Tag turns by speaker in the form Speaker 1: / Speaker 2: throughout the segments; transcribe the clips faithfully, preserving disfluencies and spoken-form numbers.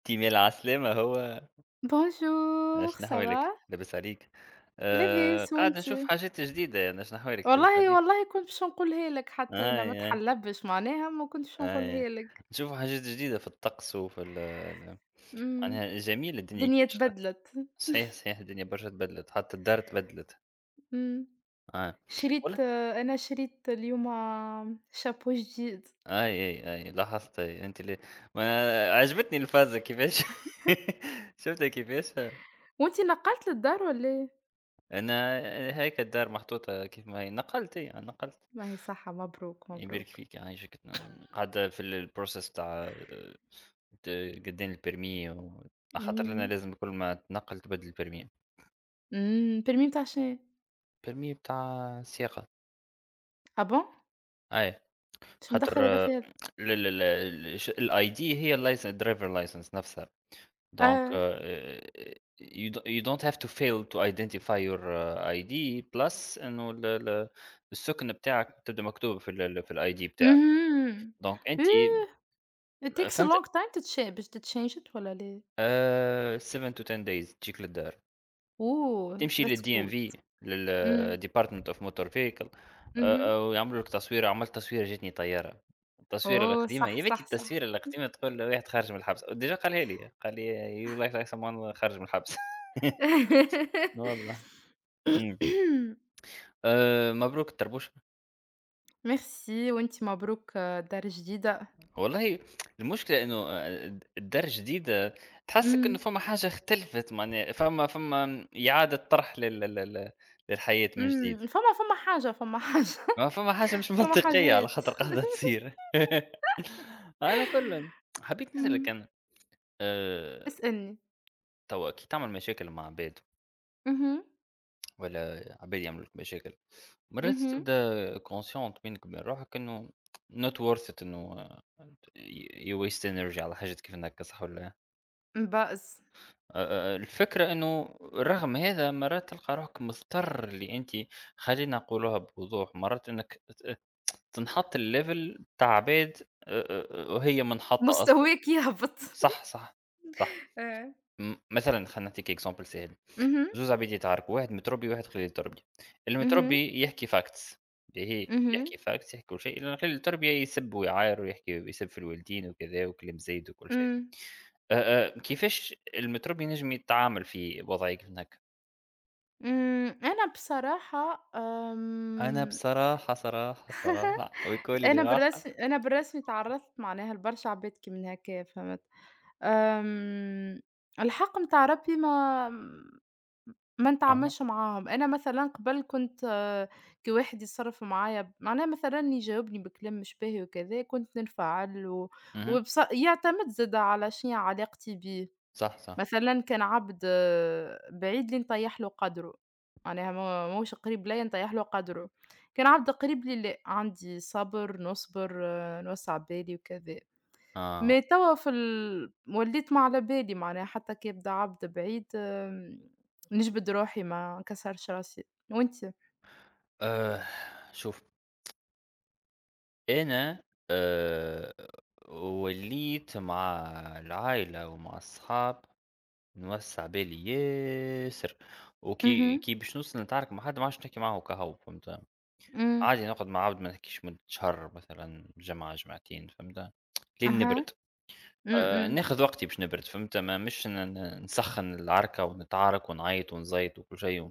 Speaker 1: أنتِ من العسلامة هو
Speaker 2: Bonjour
Speaker 1: أش
Speaker 2: ça va؟
Speaker 1: نحوالك، لاباس عليك؟ آآ
Speaker 2: لاباس
Speaker 1: قاعد
Speaker 2: وأنتِ؟
Speaker 1: نشوف حاجات جديدة يعني أش نحوالك، لاباس
Speaker 2: والله
Speaker 1: عليك؟
Speaker 2: والله كنت باش نقولها لك،
Speaker 1: أي،
Speaker 2: حتى أنا ما
Speaker 1: أي،
Speaker 2: تحلبش معناها ما كنتش باش
Speaker 1: أي،
Speaker 2: نقولها لك.
Speaker 1: نشوف حاجات جديدة في الطقس وفي ال ال
Speaker 2: إمم،
Speaker 1: معناها جميل الدنيا
Speaker 2: الدنيا
Speaker 1: كيفاش ق
Speaker 2: اتبدلت.
Speaker 1: صحيح، صحيح الدنيا برشا تبدلت، حتى الدار تبدلت،
Speaker 2: إمم،
Speaker 1: آه، والله.
Speaker 2: شريت آه، أنا شريت اليوم آه، شابو جديد.
Speaker 1: أي، أي، أي، لاحظت أي أنتِ ل ما عجبتني الفازة كيفاش. شُفتها كيفاش؟
Speaker 2: وأنتِ نقلت للدار والّا إيه؟
Speaker 1: أنا هيك الدار محطوطة كيف ما هي، نقلت أي، نقلت.
Speaker 2: ما هي صحة، مبروك،
Speaker 1: يبارك
Speaker 2: مبروك.
Speaker 1: فيك يعيشك. قاعدة في الprocess تاع آه، ت قدّين البيرمي و، خاطر لنا
Speaker 2: إمم،
Speaker 1: لازم كل ما تنقّل تبدل البيرمي،
Speaker 2: إمم، permis متاع شنو؟
Speaker 1: البيرمي بتاع سياقة،
Speaker 2: آه bon!
Speaker 1: أي.
Speaker 2: باش
Speaker 1: خاطر
Speaker 2: مدخّل هذا
Speaker 1: ال
Speaker 2: في هذا.
Speaker 1: ال ال ش الID هي الlicense driver license نفسها، donc
Speaker 2: آه.
Speaker 1: آآ you do you don't have to fail to identify your I D. Plus إنه ال ال السُكن بتاعك تبدا مكتوبة في ال ال في الID بتاعك،
Speaker 2: اهم.
Speaker 1: donc أنتِ
Speaker 2: أوه! it takes a
Speaker 1: فهمت.
Speaker 2: long time to cha باش تتشنجت والّا لا؟
Speaker 1: آآ seven to ten days تجيك للدار.
Speaker 2: Oh,
Speaker 1: تمشي
Speaker 2: that's
Speaker 1: للدي إم
Speaker 2: good.
Speaker 1: في
Speaker 2: إمم.
Speaker 1: للdepartment of motor vehicle، آآ،
Speaker 2: اهم.
Speaker 1: آآ، ويعملوا لك تصويرة. عملت تصويرة جاتني طيارة، التصويرة
Speaker 2: آه،
Speaker 1: القديمة
Speaker 2: صح،
Speaker 1: يا بنتي
Speaker 2: صح، صح.
Speaker 1: التصويرة القديمة تقول له واحد خارج من الحبس. ديجا قالها لي، قال لي your life like someone خارج من الحبس. والله. إمم. آآ، مبروك الطربوش.
Speaker 2: ميرسي وأنتِ مبروك آه، دار جديدة.
Speaker 1: والله المشكلة إنه آآ، الدار الجديدة تحسّك إنه
Speaker 2: إمم،
Speaker 1: فما حاجة اختلفت معناها، فما فما إعادة طرح لل لل لل للحياة من جديد.
Speaker 2: إمم. فما فما حاجة، فما حاجة.
Speaker 1: ما فما حاجة مش
Speaker 2: فما
Speaker 1: منطقية على
Speaker 2: حاجات.
Speaker 1: خاطر قاعدة تصير. على كل، حبيت نسألك
Speaker 2: إمم.
Speaker 1: أنا، آآ،
Speaker 2: اسألني.
Speaker 1: توا كي تعمل مشاكل مع عباد
Speaker 2: اهم،
Speaker 1: ولا عباد يعملوا لك مشاكل، مرات
Speaker 2: اهم.
Speaker 1: تبدا conscient بينك وبين روحك إنه not worth it، إنه you waste energy على حاجات كيف هناكا، صح والّا؟ آآ،
Speaker 2: انبأظ.
Speaker 1: آآ، الفكرة إنه رغم هذا مرات تلقى روحك مضطر اللي أنت، خلينا نقولوها بوضوح، مرات إنك ت تنحط لlevel بتاع عباد، آآ، آآ، وهي منحطة أصلًا.
Speaker 2: مستواك يهبط.
Speaker 1: صح، صح، صح.
Speaker 2: آه.
Speaker 1: م مثلًا خلينا نعطيك example سهل،
Speaker 2: اهم،
Speaker 1: زوز عباد يتعاركوا، واحد متربي وواحد خليل تربية،
Speaker 2: اهم،
Speaker 1: المتربي يحكي facts. باهي،
Speaker 2: اهم.
Speaker 1: يحكي facts يحكي كل شيء، اللي خليل التربية يسب ويعاير ويحكي ويسب في الوالدين وكذا وكلام زايد وكل شيء.
Speaker 2: إمم.
Speaker 1: آآ، آآ، كيفاش المتربي ينجم يتعامل في وضعية كيف هكا؟
Speaker 2: إمم. أنا بصراحة
Speaker 1: أنا
Speaker 2: آمم
Speaker 1: بصراحة، صراحة، صراحة وبكل
Speaker 2: أنا بالرسم،
Speaker 1: راحة.
Speaker 2: أنا بالرسم تعرّضت معناها لبرشا عباد كي من هكايا، فهمت، آمم، الحق متاع ربي ما ما
Speaker 1: أها،
Speaker 2: نتعاملش معاهم. أنا مثلًا قبل كنت آه، كي واحد يتصرّف معايا، معناها مثلًا يجاوبني بكلام مش باهي وكذا، كنت ننفعل و
Speaker 1: اهم،
Speaker 2: وبص يعتمد زادا على شنيا علاقتي بيه.
Speaker 1: صح، صح،
Speaker 2: مثلًا كان عبد آه، بعيد لي نطيّح له قدره، معناها ما ماهوش قريب ليّا نطيّح له قدره. كان عبد قريب لي، لأ، عندي صبر، نصبر، آه، نوسّع بالي وكذا.
Speaker 1: آه.
Speaker 2: ما توا في ال وليت ما على بالي، معناها حتى كي يبدا عبد بعيد، آمم، نجبد روحي ما نكسرش راسي. وأنتِ؟
Speaker 1: آآ، شوف أنا، آآ وليت مع العائلة ومع الصحاب نوسّع بالي ياسر. وكي
Speaker 2: اهم،
Speaker 1: كي باش نوصل نتعارك مع حد ما عادش نحكي معاه كا هو، فهمت.
Speaker 2: إمم،
Speaker 1: عادي نقعد مع عبد ما نحكيش مدة شهر مثلًا، جمعة، جمعتين، فهمت، لين
Speaker 2: أها،
Speaker 1: نبرد.
Speaker 2: إمم،
Speaker 1: آآ
Speaker 2: إمم،
Speaker 1: ناخذ وقتي باش نبرد فهمت، ما مش ن ن نسخّن العركة ونتعارك ونعيط ونزيط وكل شيء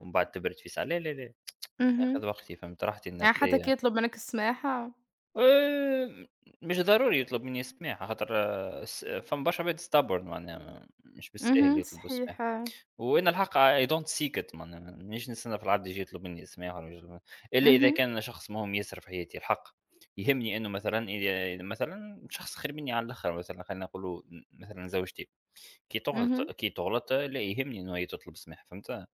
Speaker 1: ومن بعد تبرد في ساعة، لا، لا، لا.
Speaker 2: اهم.
Speaker 1: ناخذ وقتي، فهمت، راحتي
Speaker 2: يعني حتى كي
Speaker 1: النفسية.
Speaker 2: يطلب منك السماحة؟
Speaker 1: آآ مش ضروري يطلب منّي السماح، خاطر آه، س فما برشا عباد stubborn، معناها مش بالساهل
Speaker 2: اهم،
Speaker 1: يطلبوا السماح.
Speaker 2: صحيح، آه،
Speaker 1: وأنا الحق I don't seek it، معناها ما نجمش نستنى في العبد ييجي يطلب منّي السماح والّا يجي يطلب، إلا إذا
Speaker 2: اهم،
Speaker 1: كان شخص مهم ياسر في حياتي. الحق يهمني إنه مثلًا إذا مثلًا شخص خير منّي على الآخر، مثلًا خلّينا نقولوا م مثلًا زوجتي، كي تغلط
Speaker 2: اهم،
Speaker 1: كي تغلط آه، لأ يهمني إنه هي تطلب السماح، فهمت؟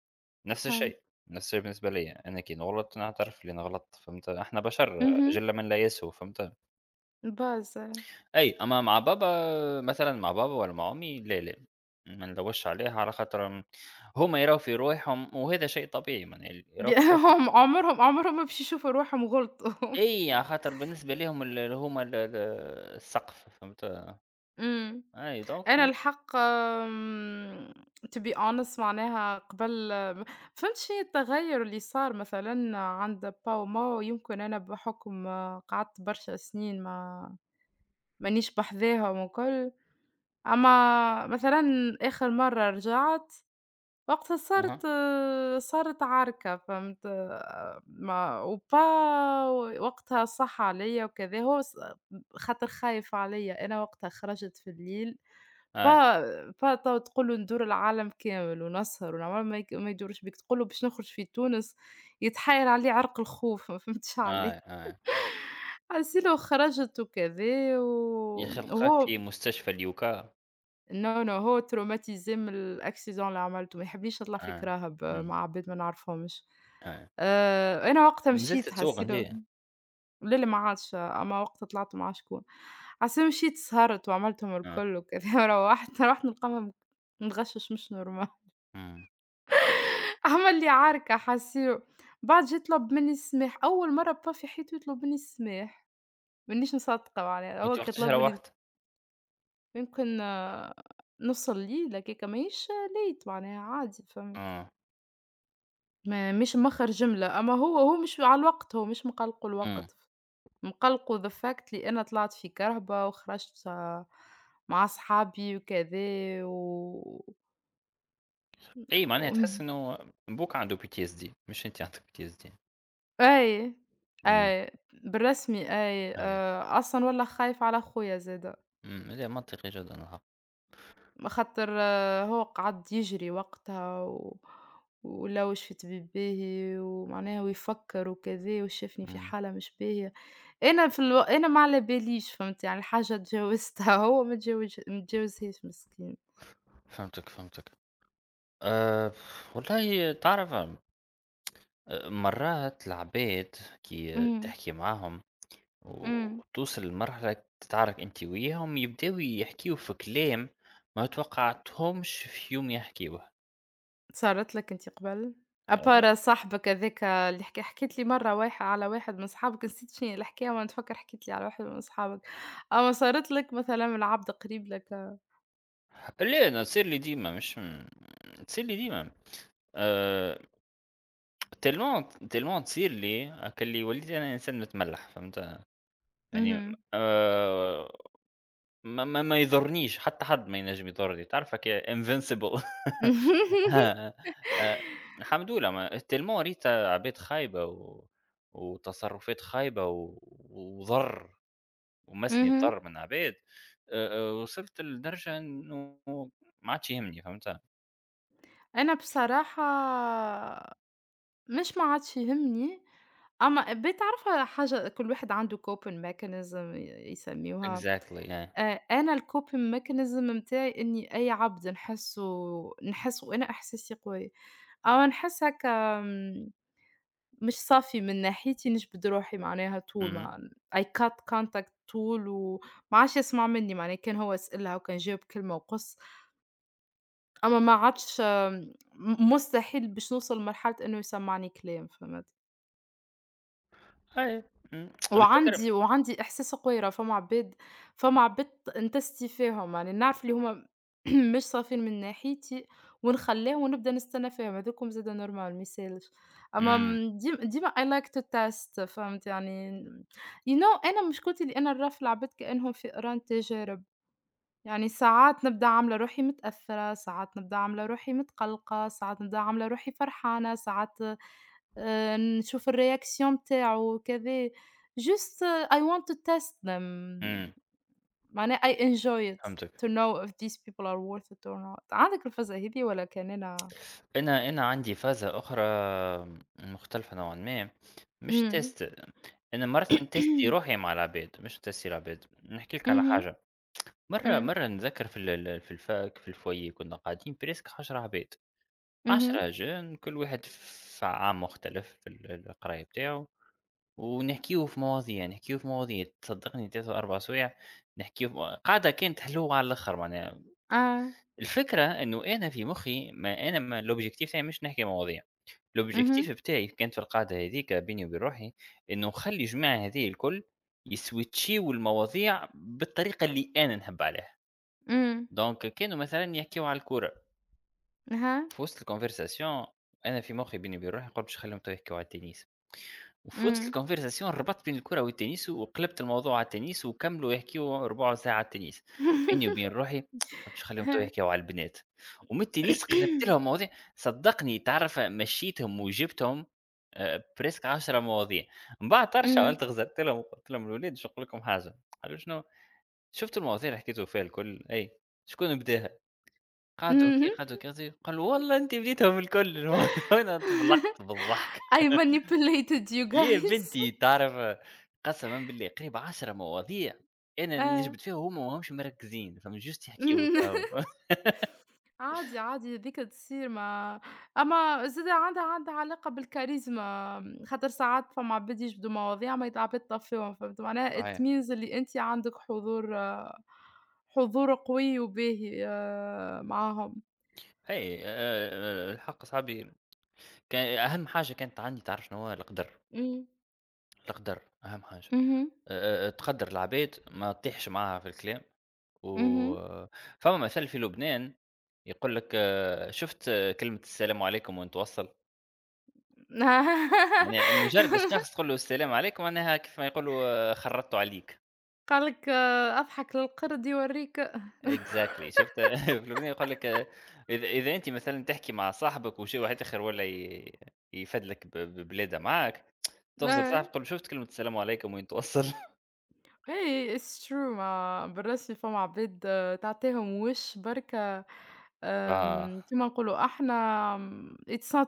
Speaker 1: نفس
Speaker 2: فهمت،
Speaker 1: الشيء، نفس الشيء بالنسبة ليّا، أنا كي نغلط نعترف لي أنا غلطت، فهمت؟ إحنا بشر،
Speaker 2: اهم.
Speaker 1: جِلّة من لا يسهو، فهمت؟
Speaker 2: بس ب
Speaker 1: أي. أما مع بابا، مثلًا مع بابا ولا مع أمي لا، لا، ما ندوّرش عليها على خاطر م هُم يراو في رواحهم وهذا شيء طبيعي، معناها اللي يراو في رواحهم.
Speaker 2: هم عمرهم عمرهم ما باش يشوفوا روحهم غلطوا.
Speaker 1: أي، على خاطر بالنسبة ليهم ال اللي هُم ال ال السقف، فهمت؟
Speaker 2: إمم.
Speaker 1: أي دونك.
Speaker 2: أنا الحق آمم to be honest، معناها قبل فهمت شنو هي التغيُّر اللي صار مثلًا عند با وماو. يمكن أنا بحُكم آه، قعدت برشا سنين ما، مانيش بحذاهم وكل. أما مثلًا آخر مرّة رجعت، وقتها
Speaker 1: أها،
Speaker 2: صارت صارت عركة، فهمت؟ ما وبا وقتها صح عليَّ وكذا. هو ص خاطر خايف عليَّ. أنا وقتها خرجت في الليل.
Speaker 1: أي،
Speaker 2: با با توا تقول له ندور العالم كامل ونسهر ونعمل، ما يك ما يدورش بيك، تقول له باش نخرج في تونس يتحايل عليه عرق الخوف. ما فهمتش علاه.
Speaker 1: أي، أي.
Speaker 2: على السيلة، وخرجت وكذا و
Speaker 1: يا أخي نلقاك
Speaker 2: وهو
Speaker 1: في مستشفى اليوكا.
Speaker 2: No no هو traumatisé من الaccident اللي عملته، ما يحبليش نطلع في
Speaker 1: آه،
Speaker 2: كراهب
Speaker 1: إمم،
Speaker 2: مع عباد ما نعرفهمش.
Speaker 1: آه.
Speaker 2: آآ، أنا وقتها
Speaker 1: مازلت
Speaker 2: مشيت
Speaker 1: تسوق أنت؟
Speaker 2: حسيلو. لا، لا ما عادش، أما وقتها طلعت مع شكون. حسيلو مشيت سهرت وعملتهم
Speaker 1: آه،
Speaker 2: الكل وكذا روّحت، روّحت نلقاهم متغشش، مش normal.
Speaker 1: إمم.
Speaker 2: عمل لي عركة حسيلو. بعد جه طلب مني السماح، أول مرّة با في حياته يطلب مني السماح. مانيش مصدقة معناها،
Speaker 1: وأنت
Speaker 2: هو كان
Speaker 1: وقتاش
Speaker 2: طلب مني
Speaker 1: روّحت؟
Speaker 2: يمكن آه، نُص الليل هكاكا، ماهيش late، معناها عادي، فهمت.
Speaker 1: آه،
Speaker 2: ما مش مَخَر جملة، أما هو هو مش على الوقت، هو مش مقلقه
Speaker 1: إمم.
Speaker 2: الوقت، مقلقه the fact لي أنا طلعت في كرهبة وخرجت آه، مع صحابي وكذا و
Speaker 1: أي معناها
Speaker 2: و...
Speaker 1: تحس إنه بوك عنده P T S D مش أنت عندك بي تي إس دي.
Speaker 2: أي،
Speaker 1: إمم،
Speaker 2: أي، بالرسمي أي.
Speaker 1: أي.
Speaker 2: آآ أصلًا والله خايف على خويا زادا.
Speaker 1: إمم، لأ منطقي جدًا الحق.
Speaker 2: خاطر آه، هو قعد يجري وقتها و... ولوج في طبيب باهي، ومعناها ويفكر وكذا، وشافني في
Speaker 1: إمم.
Speaker 2: حالة مش باهية. أنا في الو... أنا ما على باليش فهمت، يعني الحاجة تجاوزتها. هو ما تجاوز ما تجاوزهاش مسكين.
Speaker 1: فهمتك، فهمتك. آآ والله تعرف، آآ مرات العباد كي
Speaker 2: امم،
Speaker 1: تحكي معاهم
Speaker 2: امم.
Speaker 1: وتوصل لمرحلة تتعارك أنت وياهم، يبداو يحكيو في كلام ما توقعتهمش في يوم يحكيوه.
Speaker 2: صارت لك انت قبل؟ أبارا صاحبك هذاك اللي حكي حكيت لي مرة واحد، على واحد من صحابك، نسيت شنو الحكاية وأنا نتفكر، حكيت لي على واحد من صحابك. أما صارت لك مثلا من عبد قريب لك؟
Speaker 1: لا أنا تصير لي ديما، مش م تصير لي ديما، آآ تالمون تالمون تصير لي هاكا، اللي وليت أنا إنسان متملّح، فهمت؟ يعني
Speaker 2: مهم.
Speaker 1: آآ ما ما ما يضرنيش، حتى حد ما ينجم يضرني، تعرفك invincible. آه، آه. الحمد لله ما tellement ريت عباد خايبة و وتصرفات خايبة و وضَرّ، ومسّني
Speaker 2: اهم.
Speaker 1: الضَرّ من عباد. آآ، آآ، وصلت لدرجة إنه ما عادش يهمني، فهمت؟
Speaker 2: أنا بصراحة مش ما عادش يهمني، أما بتعرفها حاجة، كل واحد عنده coping mechanism ي يسميوها.
Speaker 1: Exactly، آه،
Speaker 2: آآ أنا الcoping mechanism متاعي، إني أي عبد نحسه نحس، وأنا إحساسي قوي، أو نحس هكا م مش صافي من ناحيتي، نجبد روحي معناها، طول
Speaker 1: اهم،
Speaker 2: ما I cut contact، طول وما عادش يسمع مني معناها، كان هو يسألها وكان جاوب كلمة وقُص. أما ما عادش آمم، م مستحيل باش نوصل لمرحلة إنه يسمّعني كلام، فهمت؟
Speaker 1: أيوه، إمم. الفكرة.
Speaker 2: وعندي وعندي إحساس قُويرة. فما عباد فما عباد نتستي فيهم، يعني نعرف اللي هُم مش صافيين من ناحيتي، ونخلّيهم ونبدا نستنى فيهم، هاذوكم زاد normal، ما يسالش. أما
Speaker 1: إمم،
Speaker 2: م ديم ديما I like to test، فهمت يعني، you know. أنا مشكلتي اللي أنا نرفل العباد كإنهم فئران تجارب. يعني ساعات نبدأ عاملة روحي متأثّرة، ساعات نبدأ عاملة روحي متقلقة، ساعات نبدأ عاملة روحي فرحانة، ساعات آآ نشوف الreaction بتاعه وكذا. just uh, I want to test them،
Speaker 1: إمم.
Speaker 2: معناها I enjoy it,
Speaker 1: فهمتك.
Speaker 2: to know if these people are worth it or not. عندك الفزة هذي والّا كان أنا.
Speaker 1: أنا أنا عندي فازة أخرى مختلفة نوعًا ما، مش
Speaker 2: إمم.
Speaker 1: تيست. أنا مرات نتيستي روحي مع العباد، مش نتيستي العباد، نحكي لك على
Speaker 2: اهم،
Speaker 1: حاجة. مرة
Speaker 2: إمم،
Speaker 1: مرة نتذكر في ال ال في الفاك في الفويي كنا قاعدين بريسك عشرة عباد،
Speaker 2: اهم،
Speaker 1: عشرة جون كل واحد في عام مختلف في ال القراية بتاعه. ونحكيو في مواضيع، نحكيو في مواضيع، تصدقني ثلاثة و4 سوايع نحكيو في م قعدة كانت حلوة على الآخر معناها.
Speaker 2: آه،
Speaker 1: الفكرة إنه أنا في مُخّي، ما أنا ما الobjective تاعي مش نحكي مواضيع، الobjective
Speaker 2: اهم،
Speaker 1: بتاعي كانت في القاعدة هاذيك بيني وبين روحي، إنه نخلّي الجماعة هاذي الكل يسويتشيو المواضيع بالطريقة اللي أنا نحب عليها.
Speaker 2: إمم،
Speaker 1: دونك كانوا مثلًا يحكيو على الكورة،
Speaker 2: أها،
Speaker 1: في وسط الconversation أنا في مُخّي بيني وبين روحي قُلت باش نخلّيهم تو يحكيو على التنس. وفي وسط
Speaker 2: إمم.
Speaker 1: الconversation ربطت بين الكورة والتنس، وقلبت الموضوع على التنس، وكملوا يحكيوا ربع ساعة على التنس. بيني وبين روحي قُلت باش نخلّيهم توا
Speaker 2: ها.
Speaker 1: يحكيوا على البنات، ومن التنس قلبت لهم مواضيع. صدّقني تعرف مشيتهم وجبتهم آآ presque عشرة مواضيع، من بعد طرش
Speaker 2: إمم.
Speaker 1: عملت غزرت لهم وقلت لهم: "الولاد باش نقول لكم حاجة". قالوا: "شنو؟" "شفتوا المواضيع اللي حكيتوا فيها الكل؟" "أي". "شكون بداها؟" قعدوا هكا
Speaker 2: اهم.
Speaker 1: قعدوا هكا قالوا: "والله أنت بديتهم الكل". وأنا تفلقت بالضحك.
Speaker 2: I manipulated you
Speaker 1: يا
Speaker 2: guys.
Speaker 1: بنتي تعرف، قسما بالله قريب عشرة مواضيع أنا
Speaker 2: آه.
Speaker 1: نجبد فيها وهما ماهمش مركزين، فما جوست يحكيو هكا.
Speaker 2: اهم. عادي، عادي هاذيك تصير، ما أما زاد عندها عندها علاقة بالكاريزما، خاطر ساعات فما عباد يجبدوا مواضيع ما يتعبد طفيهم، فهمت معناها، it
Speaker 1: صحيح.
Speaker 2: means اللي أنتِ عندِك حضور آه، حضور قوي وباهي آآ معاهم.
Speaker 1: أي آآ، الحق صاحبي، كان أهم حاجة كانت عندي تعرف شنو هو؟ القدر.
Speaker 2: إمم.
Speaker 1: القدر أهم حاجة.
Speaker 2: اهم،
Speaker 1: آآ، آآ، تقدّر العباد ما تطيحش معاها في الكلام، و،
Speaker 2: اهم.
Speaker 1: فما مثل في لبنان يقول لك آه، شُفت آه، كلمة السلام عليكم وأنت توصّل؟ معناها مجرد الشخص تقول له السلام عليكم معناها كيف ما يقولوا خرّطتوا عليك.
Speaker 2: قال لك: "أضحك للقرد يوريك."
Speaker 1: اكزاكتلي Exactly، شُفت في الأغنية يقول لك آه، إذا إذا أنتِ مثلًا تحكي مع صاحبك وشي واحد آخر والّا ي يفدلك ب ببلادة معاك، تخزر صاحبك
Speaker 2: آه.
Speaker 1: تقول له شُفت كلمة السلام عليكم وين توصل.
Speaker 2: Hey, it's true. ما بالرسمي فما عباد آآ تعطيهم وِش بركا،
Speaker 1: آه.
Speaker 2: آمم، كيما نقولوا إحنا. م it's not،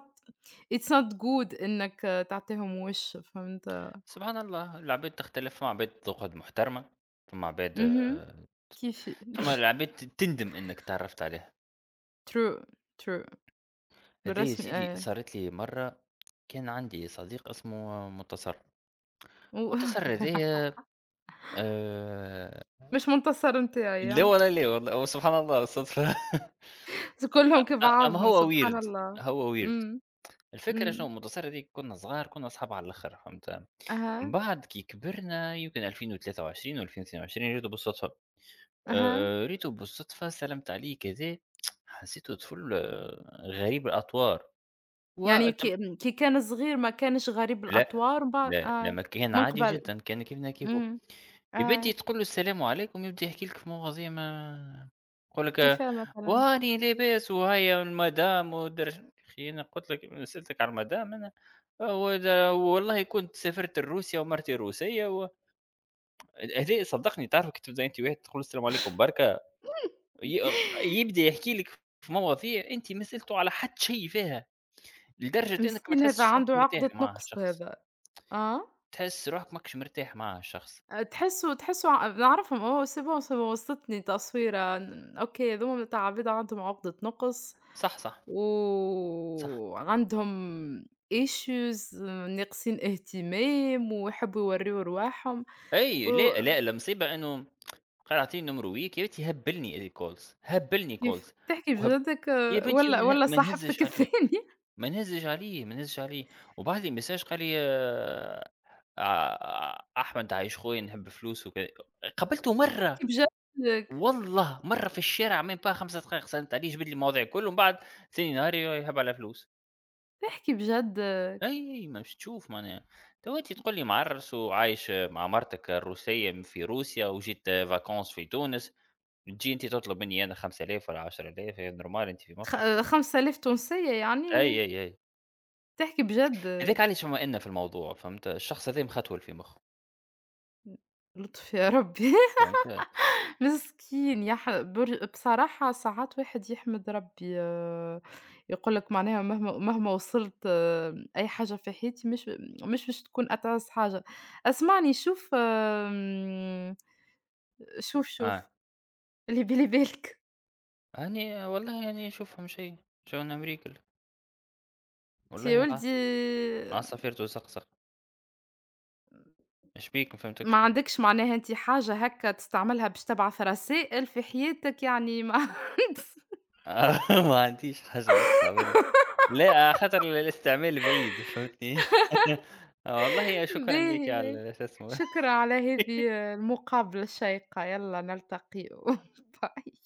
Speaker 2: it's not good إنك آه، تعطيهم وِش فهمت؟
Speaker 1: سبحان الله العباد تختلف، فما عباد تقعد محترمة، فما عباد
Speaker 2: اهم،
Speaker 1: آه،
Speaker 2: كيفي.
Speaker 1: فما العباد ت تندم إنك تعرّفت عليها.
Speaker 2: true. true.
Speaker 1: هذيّا يا
Speaker 2: بالرسمي
Speaker 1: سيدي
Speaker 2: إيه.
Speaker 1: صارت لي مرّة. كان عندي صديق اسمه مُنتصر،
Speaker 2: و
Speaker 1: مُنتصر هذايا آآ
Speaker 2: مش منتصر نتاعي.
Speaker 1: لا
Speaker 2: ها.
Speaker 1: والله لا والله، هو سبحان الله الصدفة.
Speaker 2: كلهم
Speaker 1: أ أما
Speaker 2: كبعضهم
Speaker 1: هو
Speaker 2: سبحان
Speaker 1: weird،
Speaker 2: الله.
Speaker 1: هو weird.
Speaker 2: إمم،
Speaker 1: الفكرة شنو
Speaker 2: إمم،
Speaker 1: المدرسية هاذيك كنا صغار، كنا أصحاب على الآخر فهمت، من
Speaker 2: أها،
Speaker 1: بعد كي كبرنا يمكن ألفين وثلاثة وعشرين و2022 ريته بالصدفة.
Speaker 2: أها.
Speaker 1: آآ، ريته بالصدفة سلمت عليه كذا، حسيته طفل آه، غريب الأطوار
Speaker 2: يعني ك
Speaker 1: وتم.
Speaker 2: كي كان صغير ما كانش غريب
Speaker 1: لا،
Speaker 2: الأطوار، من بعد
Speaker 1: لا، لا
Speaker 2: آه،
Speaker 1: ما كان
Speaker 2: من
Speaker 1: عادي
Speaker 2: قبل،
Speaker 1: جدًا، كان كيفنا كيفه.
Speaker 2: إمم.
Speaker 1: يبدّي
Speaker 2: آه.
Speaker 1: تقول له السلام عليكم يبدا يحكي لك في مواضيع ما، يقول لك آه،
Speaker 2: كيفاه مثلًا؟
Speaker 1: واني لاباس وهيا المدام ودرج، يا أخي أنا قلت لك سألتك على المدام أنا ولا والله كنت سافرت لروسيا ومرتي روسية و. هذا صدّقني تعرف، كي تبدا أنت واحد تقول له السلام عليكم بركا، ي يبدا يحكي لك في مواضيع أنت ما سألته على حتى شيء فيها، لدرجة أنك ما
Speaker 2: مسكين هذا
Speaker 1: تحسش روحك
Speaker 2: عنده
Speaker 1: مرتاح
Speaker 2: عقدة
Speaker 1: مع
Speaker 2: نُقْص
Speaker 1: الشخص،
Speaker 2: هذا. آه.
Speaker 1: تحس روحك ماكش مرتاح مع الشخص.
Speaker 2: أ تحسّه تحسّه ع نعرفهم أوه c'est bon c'est bon. وصلتني تصويرة، ن أوكي هاذوما متاع عباد عندهم عقدة نُقْص،
Speaker 1: صح، صح، صح.
Speaker 2: وعندهم issues، ناقصين اهتمام ويحبّوا يورّيوا رواحهم و.
Speaker 1: أي لأ، لأ، المصيبة إنه، قال أعطيني number weak، يا بنتي هبّلني calls هبّلني calls.
Speaker 2: كيف تحكي
Speaker 1: وهب،
Speaker 2: بجدّك؟
Speaker 1: يا بنتي
Speaker 2: والّا
Speaker 1: وما نه
Speaker 2: والّا
Speaker 1: ما
Speaker 2: صاحبتك
Speaker 1: نهزش عليه،
Speaker 2: الثانية؟
Speaker 1: ما نهزش عليه، ما نهزش عليه. وبعت لي message قال لي آآ أحمد عايش خويا نحب فلوس وكذا. قابلته مرّة،
Speaker 2: تحكي بجدّك.
Speaker 1: والله مرّة في الشارع même pas خمسة دقايق، سلمت عليه جبد لي المواضيع الكل، ومن بعد ثاني نهار يهب على فلوس.
Speaker 2: تحكي بجدّك.
Speaker 1: أي، أي، ما مش تشوف معناها؟ توا أنتِ تقول لي معرّس وعايش مع مرتك الروسية في روسيا وجيت vacances في تونس، تجي أنتِ تطلب مني أنا خمسة آلاف والّا عشرة آلاف هي normal أنتِ في مخك؟
Speaker 2: خ خمسة آلاف تونسية يعني؟
Speaker 1: أي، أي، أي.
Speaker 2: تحكي بجد.
Speaker 1: هاذاك علاش مائِلنا في الموضوع، فهمت، الشخص هذا مختول في مخه
Speaker 2: لطف يا ربي.
Speaker 1: فهمت،
Speaker 2: مسكين يا ح بر بصراحة ساعات واحد يحمد ربي، يقول لك معناها مهما مهما وصلت آه، أي حاجة في حياتي مش مش باش تكون أتعس حاجة. اسمعني شوف آمم، شوف،
Speaker 1: آه.
Speaker 2: شوف اللي بالي بالك.
Speaker 1: هاني والله يعني نشوفهم شي، شلون أمريكا ال
Speaker 2: أنت
Speaker 1: والله
Speaker 2: يا
Speaker 1: الع
Speaker 2: ولدي،
Speaker 1: عصافير تزقزق. إيش بيك ما فهمتكش؟
Speaker 2: ما عندكش معناها أنت حاجة هكا تستعملها باش تبعث رسائل في حياتك، يعني ما.
Speaker 1: ما عنديش حاجة. لأ، خطر ال الاستعمال البعيد فهمتني؟ آه والله شكرًا ليكِ
Speaker 2: باهي، باهي.
Speaker 1: على شو اسمه.
Speaker 2: شكرًا على هذه المقابلة الشيقة، يالّا نلتقي. باي.